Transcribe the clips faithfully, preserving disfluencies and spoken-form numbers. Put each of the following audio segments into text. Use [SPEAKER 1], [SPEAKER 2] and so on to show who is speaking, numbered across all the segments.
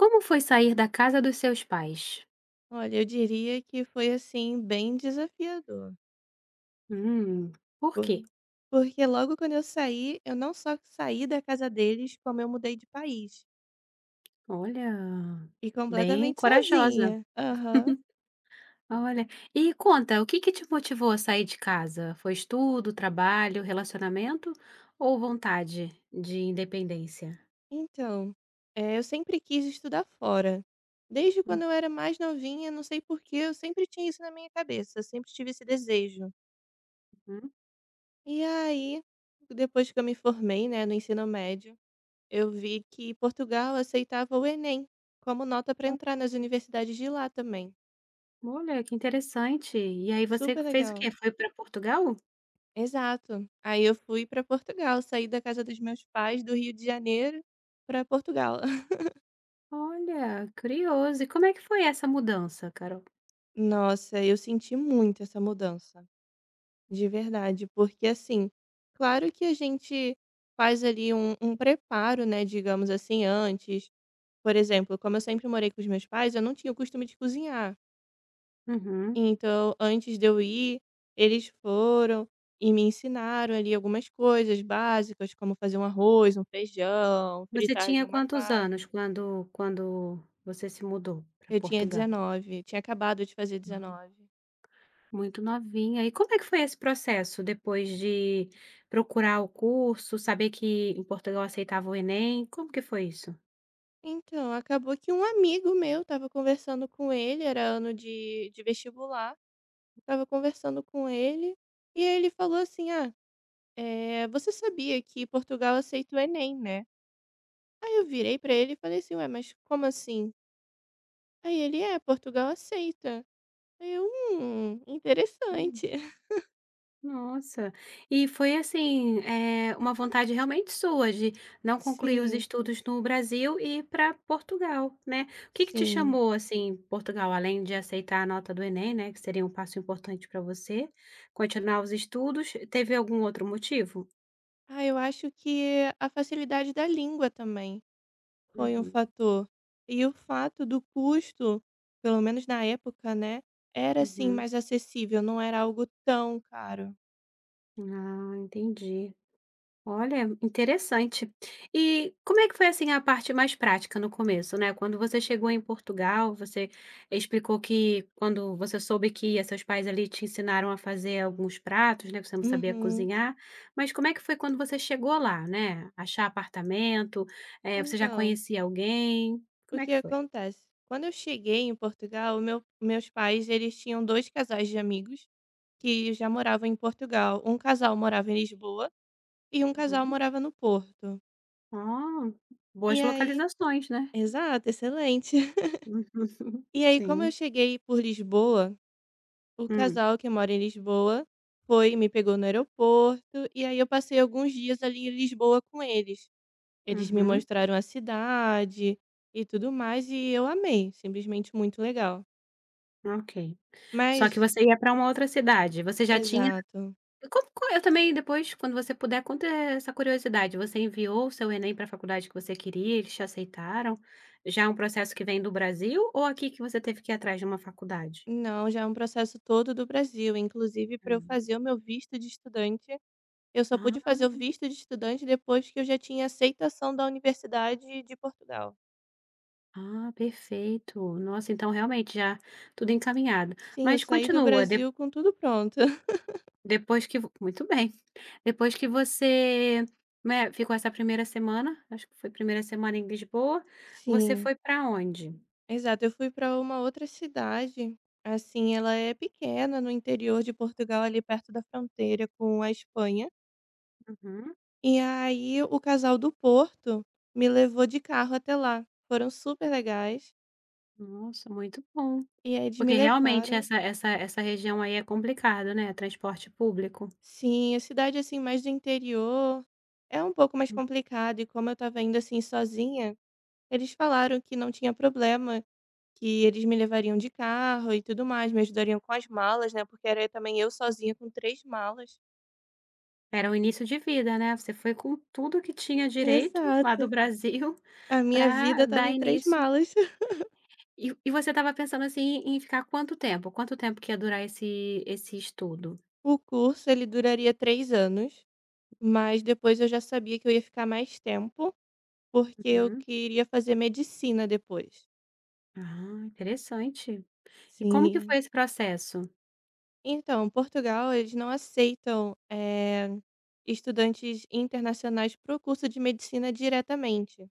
[SPEAKER 1] Como foi sair da casa dos seus pais?
[SPEAKER 2] Olha, eu diria que foi, assim, bem desafiador,
[SPEAKER 1] Hum, por
[SPEAKER 2] por
[SPEAKER 1] quê?
[SPEAKER 2] porque logo quando eu saí, eu não só saí da casa deles, como eu mudei de país,
[SPEAKER 1] Olha,
[SPEAKER 2] e
[SPEAKER 1] bem
[SPEAKER 2] completamente
[SPEAKER 1] corajosa.
[SPEAKER 2] sozinha. Aham.
[SPEAKER 1] Olha, e conta, o que que te motivou a sair de casa? Foi estudo, trabalho, relacionamento ou vontade de independência?
[SPEAKER 2] Então, eh, eu sempre quis estudar fora. Desde quando eu era mais novinha, não sei por que, eu sempre tinha isso na minha cabeça, eu sempre tive esse desejo.
[SPEAKER 1] Uhum.
[SPEAKER 2] E aí, depois que eu me formei, né, no ensino médio, eu vi que Portugal aceitava o Enem como nota para entrar nas universidades de lá também.
[SPEAKER 1] Olha, que interessante. E aí você
[SPEAKER 2] Super
[SPEAKER 1] fez o quê?
[SPEAKER 2] legal.
[SPEAKER 1] Foi para Portugal?
[SPEAKER 2] Exato. Aí eu fui pra Portugal, saí da casa dos meus pais do Rio de Janeiro pra Portugal.
[SPEAKER 1] Olha, curioso. E como é que foi essa mudança, Carol?
[SPEAKER 2] Nossa, eu senti muito essa mudança, de verdade, porque assim, claro que a gente faz ali um, um preparo, né, digamos assim, antes. Por exemplo, como eu sempre morei com os meus pais, eu não tinha o costume de cozinhar.
[SPEAKER 1] Uhum.
[SPEAKER 2] Então, antes de eu ir, eles foram e me ensinaram ali algumas coisas básicas, como fazer um arroz, um feijão,
[SPEAKER 1] Você
[SPEAKER 2] fritar ali
[SPEAKER 1] tinha
[SPEAKER 2] uma
[SPEAKER 1] quantos anos
[SPEAKER 2] carne.
[SPEAKER 1] quando quando você se mudou para
[SPEAKER 2] Eu tinha
[SPEAKER 1] Portugal?
[SPEAKER 2] dezenove, tinha acabado de fazer dezenove.
[SPEAKER 1] Muito novinha. E como é que foi esse processo depois de procurar o curso, saber que em Portugal aceitava o Enem? Como que foi isso?
[SPEAKER 2] Então, acabou que um amigo meu estava conversando com ele, era ano de, de vestibular, estava conversando com ele, e ele falou assim: Ah, é, você sabia que Portugal aceita o Enem, né? Aí eu virei para ele e falei assim: Ué, mas como assim? Aí ele, é, Portugal aceita. Aí eu: "Hum,
[SPEAKER 1] Hum,
[SPEAKER 2] interessante".
[SPEAKER 1] nossa. E foi assim, eh, uma vontade realmente sua de não concluir os
[SPEAKER 2] Sim,
[SPEAKER 1] estudos no Brasil e ir para Portugal, né? O que que te
[SPEAKER 2] sim.
[SPEAKER 1] chamou assim, Portugal, além de aceitar a nota do Enem, né, que seria um passo importante para você, continuar os estudos, teve algum outro motivo?
[SPEAKER 2] Ah, eu acho que a facilidade da língua também foi um
[SPEAKER 1] Uhum,
[SPEAKER 2] fator. E o fato do custo, pelo menos na época, né, era assim
[SPEAKER 1] uhum.
[SPEAKER 2] mais acessível, não era algo tão caro.
[SPEAKER 1] Ah, entendi. Olha, interessante. E como é que foi, assim, a parte mais prática no começo, né? Quando você chegou em Portugal, você explicou que quando você soube que ia, seus pais ali te ensinaram a fazer alguns pratos, né, que você não sabia
[SPEAKER 2] Uhum.
[SPEAKER 1] cozinhar, mas como é que foi quando você chegou lá, né? Achar apartamento, eh, você já
[SPEAKER 2] Então,
[SPEAKER 1] conhecia alguém?
[SPEAKER 2] o
[SPEAKER 1] Como é
[SPEAKER 2] que
[SPEAKER 1] que foi?
[SPEAKER 2] acontece? Quando eu cheguei em Portugal, meu meus pais, eles tinham dois casais de amigos que já moravam em Portugal. Um casal morava em Lisboa e um casal
[SPEAKER 1] Uhum.
[SPEAKER 2] morava no Porto.
[SPEAKER 1] Ah,
[SPEAKER 2] E
[SPEAKER 1] boas
[SPEAKER 2] aí
[SPEAKER 1] localizações, né?
[SPEAKER 2] exato, excelente.
[SPEAKER 1] Uhum.
[SPEAKER 2] E aí como eu
[SPEAKER 1] Sim.
[SPEAKER 2] cheguei por Lisboa, o
[SPEAKER 1] Hum.
[SPEAKER 2] casal que mora em Lisboa foi me pegou no aeroporto, e aí eu passei alguns dias ali em Lisboa com eles. Eles me
[SPEAKER 1] Uhum.
[SPEAKER 2] mostraram a cidade e tudo mais, e eu amei, simplesmente muito legal.
[SPEAKER 1] Ok. Só que
[SPEAKER 2] Mas
[SPEAKER 1] você ia pra uma outra cidade, você já tinha
[SPEAKER 2] exato.
[SPEAKER 1] como qual eu também depois, quando você puder, conta essa curiosidade, você enviou o seu Enem pra faculdade que você queria, eles te aceitaram? Já é um processo que vem do Brasil ou aqui que você teve que ir atrás de uma faculdade?
[SPEAKER 2] Não, já é um processo todo do Brasil, inclusive para eu
[SPEAKER 1] Hum.
[SPEAKER 2] fazer o meu visto de estudante, eu só pude
[SPEAKER 1] Ah,
[SPEAKER 2] fazer o visto de estudante depois que eu já tinha aceitação da Universidade de Portugal.
[SPEAKER 1] ah, perfeito. Nossa, então realmente já tudo encaminhado.
[SPEAKER 2] Sim, eu
[SPEAKER 1] Mas
[SPEAKER 2] saí do
[SPEAKER 1] continua, de
[SPEAKER 2] Brasil com tudo pronto.
[SPEAKER 1] depois que vo muito bem. Depois que você, né, ficou essa primeira semana, acho que foi primeira semana em Lisboa, você
[SPEAKER 2] Sim,
[SPEAKER 1] foi pra onde?
[SPEAKER 2] exato. Eu fui para uma outra cidade, assim, ela é pequena, no interior de Portugal, ali perto da fronteira com a Espanha.
[SPEAKER 1] Uhum.
[SPEAKER 2] E aí o casal do Porto me levou de carro até lá. Foram super legais.
[SPEAKER 1] Nossa, muito bom.
[SPEAKER 2] E aí eles me
[SPEAKER 1] Porque realmente
[SPEAKER 2] levaram.
[SPEAKER 1] essa essa essa região aí é complicado, né, transporte público.
[SPEAKER 2] Sim, a cidade assim mais do interior é um pouco mais
[SPEAKER 1] Hum.
[SPEAKER 2] complicada e como eu estava indo assim sozinha, eles falaram que não tinha problema. Que eles me levariam de carro e tudo mais, me ajudariam com as malas, né, porque era também eu sozinha com três malas.
[SPEAKER 1] Era o início de vida, né, você foi com tudo que tinha direito lá do
[SPEAKER 2] Exato.
[SPEAKER 1] Brasil
[SPEAKER 2] A minha vida
[SPEAKER 1] para
[SPEAKER 2] estava
[SPEAKER 1] dar
[SPEAKER 2] em três
[SPEAKER 1] início.
[SPEAKER 2] malas.
[SPEAKER 1] E e você estava pensando, assim, em ficar quanto tempo? Quanto tempo que ia durar esse esse estudo?
[SPEAKER 2] O curso ele duraria três anos, mas depois eu já sabia que eu ia ficar mais tempo, porque eu
[SPEAKER 1] Uhum.
[SPEAKER 2] queria fazer medicina depois.
[SPEAKER 1] Ah, interessante. E como que foi
[SPEAKER 2] Sim.
[SPEAKER 1] esse processo?
[SPEAKER 2] Então, Portugal eles não aceitam, eh, estudantes internacionais para o curso de medicina diretamente.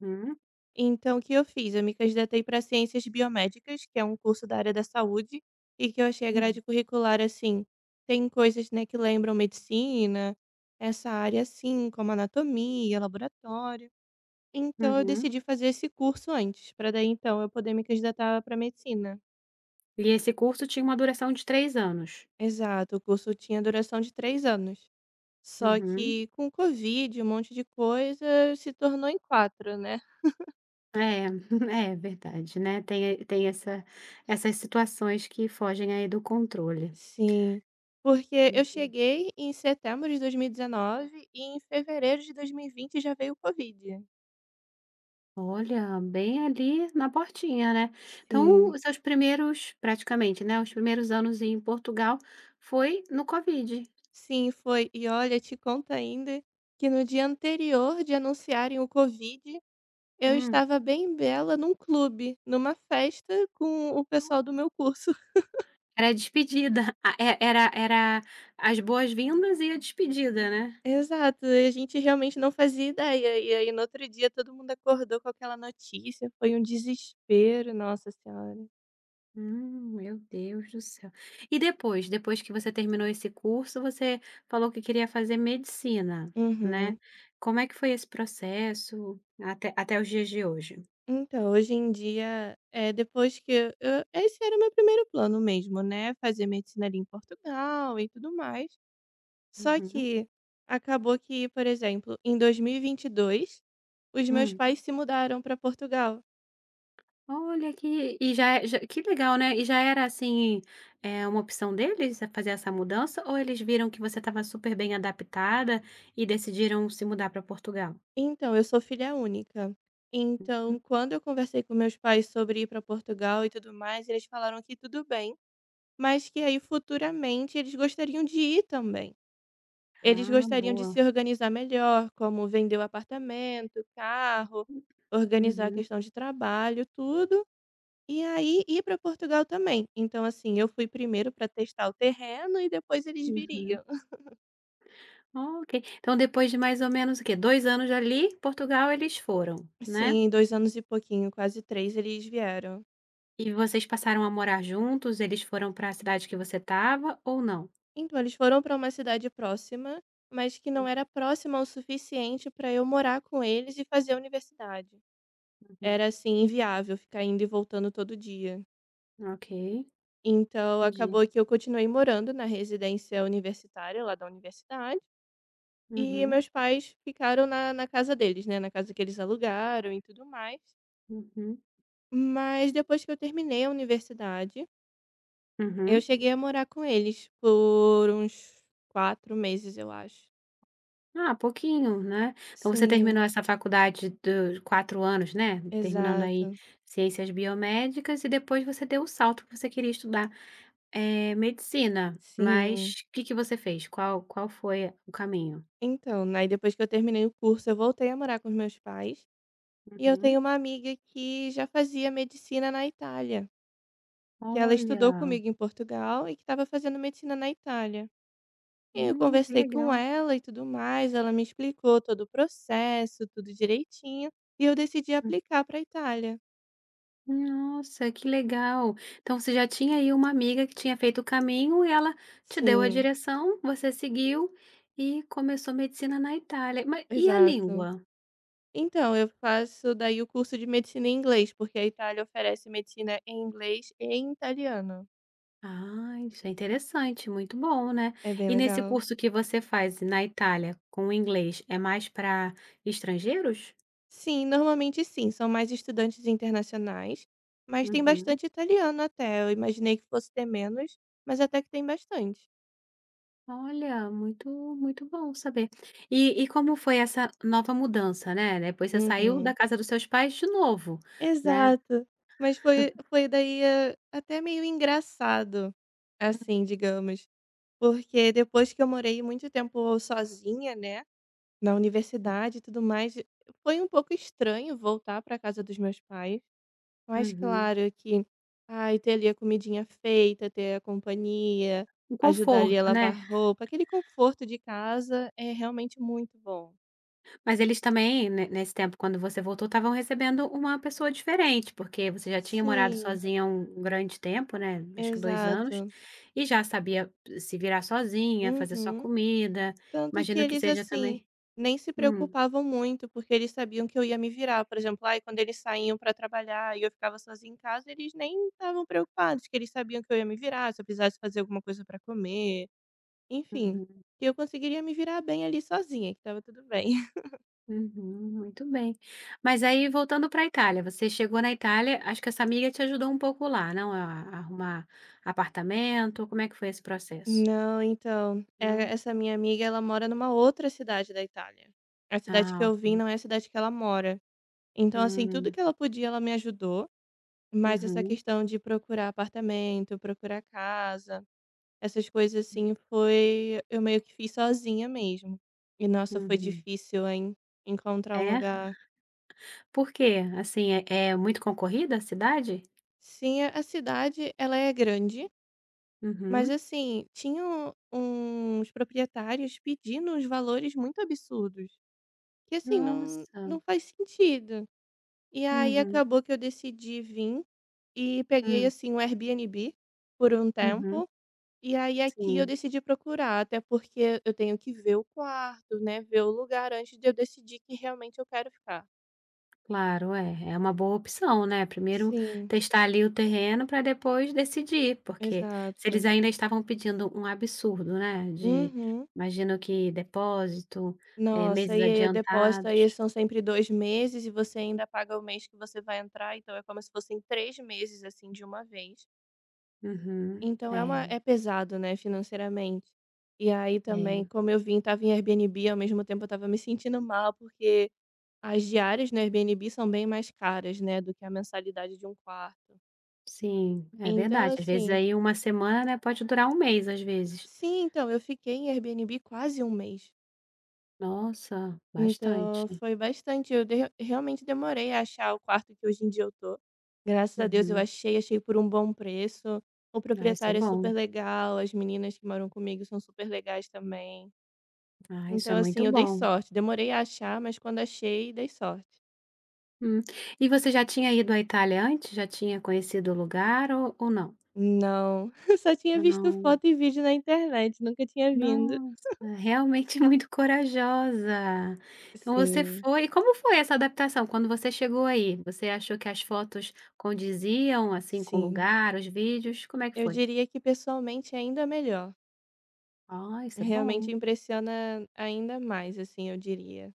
[SPEAKER 1] Uhum.
[SPEAKER 2] Então, o que eu fiz? Eu me candidatei para Ciências Biomédicas, que é um curso da área da saúde, e que eu achei a
[SPEAKER 1] Uhum.
[SPEAKER 2] grade curricular, assim, tem coisas, né, que lembram medicina, essa área, assim, como anatomia, laboratório. Então, eu
[SPEAKER 1] Uhum.
[SPEAKER 2] decidi fazer esse curso antes, para daí, então, eu poder me candidatar para medicina.
[SPEAKER 1] E esse curso tinha uma duração de três anos?
[SPEAKER 2] Exato, o curso tinha duração de três anos. Só
[SPEAKER 1] Uhum.
[SPEAKER 2] que com o Covid, um monte de coisa, se tornou em quatro, né?
[SPEAKER 1] É, é verdade, né, tem tem essa essas situações que fogem aí do controle.
[SPEAKER 2] Sim, porque eu cheguei em setembro de dois mil e dezenove e em fevereiro de dois mil e vinte já veio o Covid.
[SPEAKER 1] Olha, bem ali na portinha, né. Então
[SPEAKER 2] Sim,
[SPEAKER 1] os seus primeiros praticamente, né, os primeiros anos em Portugal foi no Covid.
[SPEAKER 2] sim, foi. E olha, te conta ainda que no dia anterior de anunciarem o Covid, eu
[SPEAKER 1] Hum,
[SPEAKER 2] estava bem bela num clube, numa festa com o pessoal do meu curso.
[SPEAKER 1] era a despedida, a e era era as boas-vindas e a despedida, né?
[SPEAKER 2] Exato, e a gente realmente não fazia ideia. E aí, no outro dia, todo mundo acordou com aquela notícia. Foi um desespero, nossa senhora.
[SPEAKER 1] Hum, meu Deus do céu. E depois, depois que você terminou esse curso, você falou que queria fazer medicina,
[SPEAKER 2] Uhum.
[SPEAKER 1] né? Como é que foi esse processo até, até os dias de hoje?
[SPEAKER 2] Então, hoje em dia, eh, depois que eu eu esse era o meu primeiro plano mesmo, né, fazer medicina ali em Portugal e tudo mais. Só
[SPEAKER 1] Uhum.
[SPEAKER 2] que acabou que, por exemplo, em dois mil e vinte e dois, os meus
[SPEAKER 1] Hum.
[SPEAKER 2] pais se mudaram para Portugal.
[SPEAKER 1] Olha que e já, é- já- que legal, né? E já era assim, é uma opção deles a fazer essa mudança, ou eles viram que você estava super bem adaptada e decidiram se mudar para Portugal?
[SPEAKER 2] Então, eu sou filha única. Então, quando eu conversei com meus pais sobre ir para Portugal e tudo mais, eles falaram que tudo bem, mas que aí futuramente eles gostariam de ir também. Eles
[SPEAKER 1] Ah,
[SPEAKER 2] gostariam de se
[SPEAKER 1] boa.
[SPEAKER 2] organizar melhor, como vender o apartamento, carro, organizar a
[SPEAKER 1] Uhum,
[SPEAKER 2] questão de trabalho, tudo, e aí ir para Portugal também. Então, assim, eu fui primeiro para testar o terreno e depois eles
[SPEAKER 1] uhum.
[SPEAKER 2] viriam.
[SPEAKER 1] Ok. Então depois de mais ou menos o quê? Dois anos ali, Portugal eles foram, né.
[SPEAKER 2] Sim, dois anos e pouquinho, quase três, eles vieram.
[SPEAKER 1] E vocês passaram a morar juntos? Eles foram para a cidade que você estava ou não?
[SPEAKER 2] Então, eles foram para uma cidade próxima, mas que não era próxima o suficiente para eu morar com eles e fazer a universidade.
[SPEAKER 1] Uhum.
[SPEAKER 2] Era, assim, inviável ficar indo e voltando todo dia.
[SPEAKER 1] Ok,
[SPEAKER 2] Então
[SPEAKER 1] entendi.
[SPEAKER 2] acabou que eu continuei morando na residência universitária lá da universidade, e
[SPEAKER 1] Uhum,
[SPEAKER 2] meus pais ficaram na na casa deles, né, na casa que eles alugaram e tudo mais.
[SPEAKER 1] uhum,
[SPEAKER 2] Mas depois que eu terminei a universidade, eu
[SPEAKER 1] uhum.
[SPEAKER 2] cheguei a morar com eles por uns quatro meses, eu acho.
[SPEAKER 1] Ah, pouquinho, né. Então você
[SPEAKER 2] Sim,
[SPEAKER 1] terminou essa faculdade do quatro anos, né, terminando aí
[SPEAKER 2] exato.
[SPEAKER 1] ciências biomédicas e depois você deu o salto que você queria estudar, eh, medicina.
[SPEAKER 2] Sim.
[SPEAKER 1] Mas o que que você fez? Qual qual foi o caminho?
[SPEAKER 2] Então, aí depois que eu terminei o curso, eu voltei a morar com os meus pais, e eu
[SPEAKER 1] Uhum.
[SPEAKER 2] tenho uma amiga que já fazia medicina na Itália. Que ela estudou
[SPEAKER 1] Olha,
[SPEAKER 2] comigo em Portugal e que estava fazendo medicina na Itália. E eu
[SPEAKER 1] hum, que
[SPEAKER 2] conversei com
[SPEAKER 1] legal.
[SPEAKER 2] ela e tudo mais, ela me explicou todo o processo, tudo direitinho, e eu decidi
[SPEAKER 1] Hum,
[SPEAKER 2] aplicar para a Itália.
[SPEAKER 1] Nossa, que legal. Então você já tinha aí uma amiga que tinha feito o caminho e ela te deu a
[SPEAKER 2] Sim,
[SPEAKER 1] direção, você seguiu e começou medicina na Itália. Mas e a
[SPEAKER 2] exato.
[SPEAKER 1] língua?
[SPEAKER 2] Então, eu faço daí o curso de medicina em inglês, porque a Itália oferece medicina em inglês e em italiano.
[SPEAKER 1] Ah, isso é interessante, muito bom, né?
[SPEAKER 2] É bem
[SPEAKER 1] E nesse
[SPEAKER 2] legal.
[SPEAKER 1] curso que você faz na Itália com o inglês, é mais para estrangeiros?
[SPEAKER 2] Sim, normalmente sim, são mais estudantes internacionais, mas tem
[SPEAKER 1] Uhum.
[SPEAKER 2] bastante italiano até. Eu imaginei que fosse ter menos, mas até que tem bastante.
[SPEAKER 1] Olha, muito muito bom saber. E e como foi essa nova mudança, né, depois você saiu
[SPEAKER 2] Uhum.
[SPEAKER 1] da casa dos seus pais de novo, né.
[SPEAKER 2] Exato. Mas foi foi daí, hã, até meio engraçado, assim, digamos, porque depois que eu morei muito tempo sozinha, né, na universidade e tudo mais, foi um pouco estranho voltar para casa dos meus pais, mas
[SPEAKER 1] Uhum.
[SPEAKER 2] claro que, ai, ter ali a comidinha feita, ter a companhia,
[SPEAKER 1] Um
[SPEAKER 2] ajudar ali a
[SPEAKER 1] conforto, né.
[SPEAKER 2] lavar roupa, aquele conforto de casa é realmente muito bom.
[SPEAKER 1] Mas eles também, ne nesse tempo, quando você voltou, estavam recebendo uma pessoa diferente, porque você já tinha morado
[SPEAKER 2] Sim,
[SPEAKER 1] sozinha um grande tempo, né, acho que dois anos,
[SPEAKER 2] exato.
[SPEAKER 1] e já sabia se virar sozinha, fazer sua
[SPEAKER 2] Uhum.
[SPEAKER 1] comida,
[SPEAKER 2] Tanto que
[SPEAKER 1] imagino que
[SPEAKER 2] eles,
[SPEAKER 1] seja
[SPEAKER 2] assim,
[SPEAKER 1] também
[SPEAKER 2] nem se
[SPEAKER 1] hum,
[SPEAKER 2] preocupavam muito, porque eles sabiam que eu ia me virar. Por exemplo, ai, quando eles saíam para trabalhar e eu ficava sozinha em casa, eles nem estavam preocupados, que eles sabiam que eu ia me virar, se eu precisasse fazer alguma coisa para comer, enfim,
[SPEAKER 1] uhum.
[SPEAKER 2] que eu conseguiria me virar bem ali sozinha, que estava tudo bem.
[SPEAKER 1] Uhum, muito bem. Mas aí voltando para a Itália, você chegou na Itália, acho que essa amiga te ajudou um pouco lá, não? A a arrumar apartamento, como é que foi esse processo?
[SPEAKER 2] Não, então, eh,
[SPEAKER 1] Não?
[SPEAKER 2] essa minha amiga, ela mora numa outra cidade da Itália. A cidade que
[SPEAKER 1] Ah,
[SPEAKER 2] eu vim
[SPEAKER 1] ok.
[SPEAKER 2] não é a cidade que ela mora. Então, assim, tudo
[SPEAKER 1] Hum,
[SPEAKER 2] que ela podia, ela me ajudou. Mas essa
[SPEAKER 1] uhum,
[SPEAKER 2] questão de procurar apartamento, procurar casa, essas coisas assim, foi eu meio que fiz sozinha mesmo. E nossa, foi
[SPEAKER 1] uhum.
[SPEAKER 2] difícil, hein, encontrar um
[SPEAKER 1] É?
[SPEAKER 2] lugar.
[SPEAKER 1] Por quê? Assim, é, é muito concorrida a cidade?
[SPEAKER 2] Sim, a a cidade ela é grande, mas
[SPEAKER 1] Uhum.
[SPEAKER 2] assim, tinham uns proprietários pedindo uns valores muito absurdos, que assim, não,
[SPEAKER 1] Nossa.
[SPEAKER 2] não faz sentido. E aí
[SPEAKER 1] Uhum,
[SPEAKER 2] acabou que eu decidi vir e peguei
[SPEAKER 1] hum,
[SPEAKER 2] assim um Airbnb por um
[SPEAKER 1] uhum,
[SPEAKER 2] tempo. E aí aqui eu
[SPEAKER 1] sim.
[SPEAKER 2] decidi procurar, até porque eu tenho que ver o quarto, né, ver o lugar antes de eu decidir que realmente eu quero ficar.
[SPEAKER 1] Claro, é, é uma boa opção, né, primeiro
[SPEAKER 2] Sim,
[SPEAKER 1] testar ali o terreno para depois decidir, porque se eles
[SPEAKER 2] exato.
[SPEAKER 1] ainda estavam pedindo um absurdo, né, de
[SPEAKER 2] Uhum.
[SPEAKER 1] imagino que depósito, eh,
[SPEAKER 2] Nossa,
[SPEAKER 1] meses
[SPEAKER 2] e aí o depósito aí
[SPEAKER 1] adiantados.
[SPEAKER 2] são sempre dois meses e você ainda paga o mês que você vai entrar, então é como se fossem três meses, assim, de uma vez.
[SPEAKER 1] Uhum.
[SPEAKER 2] Então é
[SPEAKER 1] É,
[SPEAKER 2] uma é pesado, né, financeiramente. E aí
[SPEAKER 1] é,
[SPEAKER 2] também, como eu vim tava em Airbnb, ao mesmo tempo eu estava me sentindo mal porque as diárias no Airbnb são bem mais caras, né, do que a mensalidade de um quarto.
[SPEAKER 1] sim, é
[SPEAKER 2] Então,
[SPEAKER 1] verdade, às vezes
[SPEAKER 2] assim
[SPEAKER 1] aí uma semana, né, pode durar um mês às vezes.
[SPEAKER 2] sim, então, eu fiquei em Airbnb quase um mês.
[SPEAKER 1] Nossa,
[SPEAKER 2] Então
[SPEAKER 1] bastante.
[SPEAKER 2] foi bastante, eu de realmente demorei a achar o quarto que hoje em dia eu tô. Graças a Deus eu
[SPEAKER 1] Uhum.
[SPEAKER 2] achei, achei por um bom preço. O
[SPEAKER 1] Ah, isso é
[SPEAKER 2] proprietário é
[SPEAKER 1] bom.
[SPEAKER 2] super legal, as meninas que moram comigo são super legais também.
[SPEAKER 1] Ah, isso é
[SPEAKER 2] Então,
[SPEAKER 1] muito
[SPEAKER 2] assim, eu dei
[SPEAKER 1] bom.
[SPEAKER 2] sorte, demorei a achar, mas quando achei, dei sorte.
[SPEAKER 1] Hum. E você já tinha ido à Itália antes? Já tinha conhecido o lugar ou ou não?
[SPEAKER 2] Não, só tinha visto
[SPEAKER 1] Não.
[SPEAKER 2] foto e vídeo na internet, nunca tinha vindo.
[SPEAKER 1] Nossa, realmente muito corajosa. Então você
[SPEAKER 2] Sim,
[SPEAKER 1] foi e como foi essa adaptação quando você chegou aí? Você achou que as fotos condiziam, assim, com o
[SPEAKER 2] sim.
[SPEAKER 1] lugar, os vídeos, como é que
[SPEAKER 2] Eu
[SPEAKER 1] foi?
[SPEAKER 2] diria que pessoalmente é ainda melhor.
[SPEAKER 1] Ah, isso é
[SPEAKER 2] Realmente
[SPEAKER 1] bom.
[SPEAKER 2] impressiona ainda mais, assim, eu diria.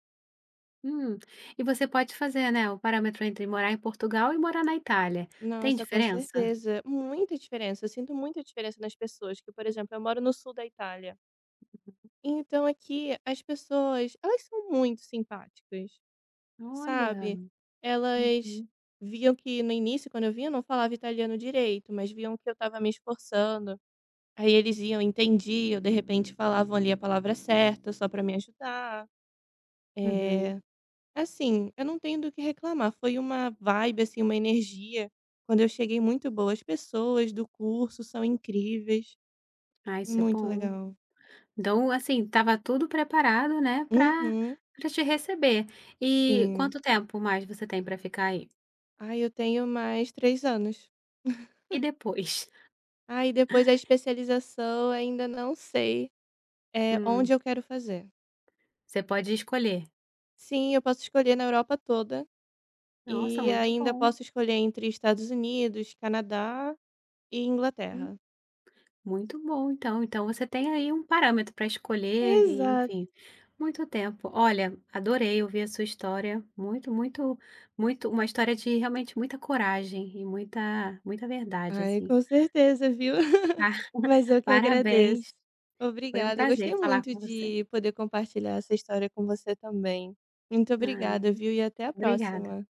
[SPEAKER 1] Hum. E você pode fazer, né, o parâmetro entre morar em Portugal e morar na Itália. Tem
[SPEAKER 2] Nossa, com
[SPEAKER 1] diferença?
[SPEAKER 2] certeza. Muita diferença. Eu sinto muita diferença nas pessoas. Que, por exemplo, eu moro no sul da Itália. Então aqui as pessoas, elas são muito simpáticas,
[SPEAKER 1] Olha.
[SPEAKER 2] sabe? Elas
[SPEAKER 1] Uhum,
[SPEAKER 2] viam que no início, quando eu vinha, eu não falava italiano direito, mas viam que eu estava me esforçando. Aí eles iam, entendiam, de repente falavam ali a palavra certa só para me ajudar.
[SPEAKER 1] uhum.
[SPEAKER 2] Eh, assim, eu não tenho do que reclamar, foi uma vibe, assim, uma energia, quando eu cheguei, muito boa. As pessoas do curso são incríveis,
[SPEAKER 1] Ah, isso é
[SPEAKER 2] muito
[SPEAKER 1] bom.
[SPEAKER 2] legal.
[SPEAKER 1] Então, assim, estava tudo preparado, né, para
[SPEAKER 2] Uhum,
[SPEAKER 1] pra te receber. E
[SPEAKER 2] sim.
[SPEAKER 1] quanto tempo mais você tem para ficar aí?
[SPEAKER 2] Ai, eu tenho mais três anos.
[SPEAKER 1] E depois?
[SPEAKER 2] Aí depois a especialização ainda não sei, eh, onde
[SPEAKER 1] Hum,
[SPEAKER 2] eu quero fazer.
[SPEAKER 1] você pode escolher.
[SPEAKER 2] Sim, eu posso escolher na Europa toda,
[SPEAKER 1] Nossa,
[SPEAKER 2] e
[SPEAKER 1] muito
[SPEAKER 2] ainda
[SPEAKER 1] bom.
[SPEAKER 2] posso escolher entre Estados Unidos, Canadá e
[SPEAKER 1] Hum,
[SPEAKER 2] Inglaterra.
[SPEAKER 1] muito bom então. Então você tem aí um parâmetro para escolher e
[SPEAKER 2] Exato.
[SPEAKER 1] enfim, muito tempo. Olha, adorei ouvir a sua história, muito, muito, muito uma história de realmente muita coragem e muita muita verdade,
[SPEAKER 2] Ai,
[SPEAKER 1] assim.
[SPEAKER 2] com certeza, viu.
[SPEAKER 1] Ah,
[SPEAKER 2] Mas eu que
[SPEAKER 1] parabéns,
[SPEAKER 2] agradeço.
[SPEAKER 1] foi um
[SPEAKER 2] Obrigada, gostei
[SPEAKER 1] prazer falar
[SPEAKER 2] muito
[SPEAKER 1] com você.
[SPEAKER 2] de poder compartilhar essa história com você também. Muito
[SPEAKER 1] Ai,
[SPEAKER 2] obrigada, viu, e até a
[SPEAKER 1] obrigada.
[SPEAKER 2] próxima.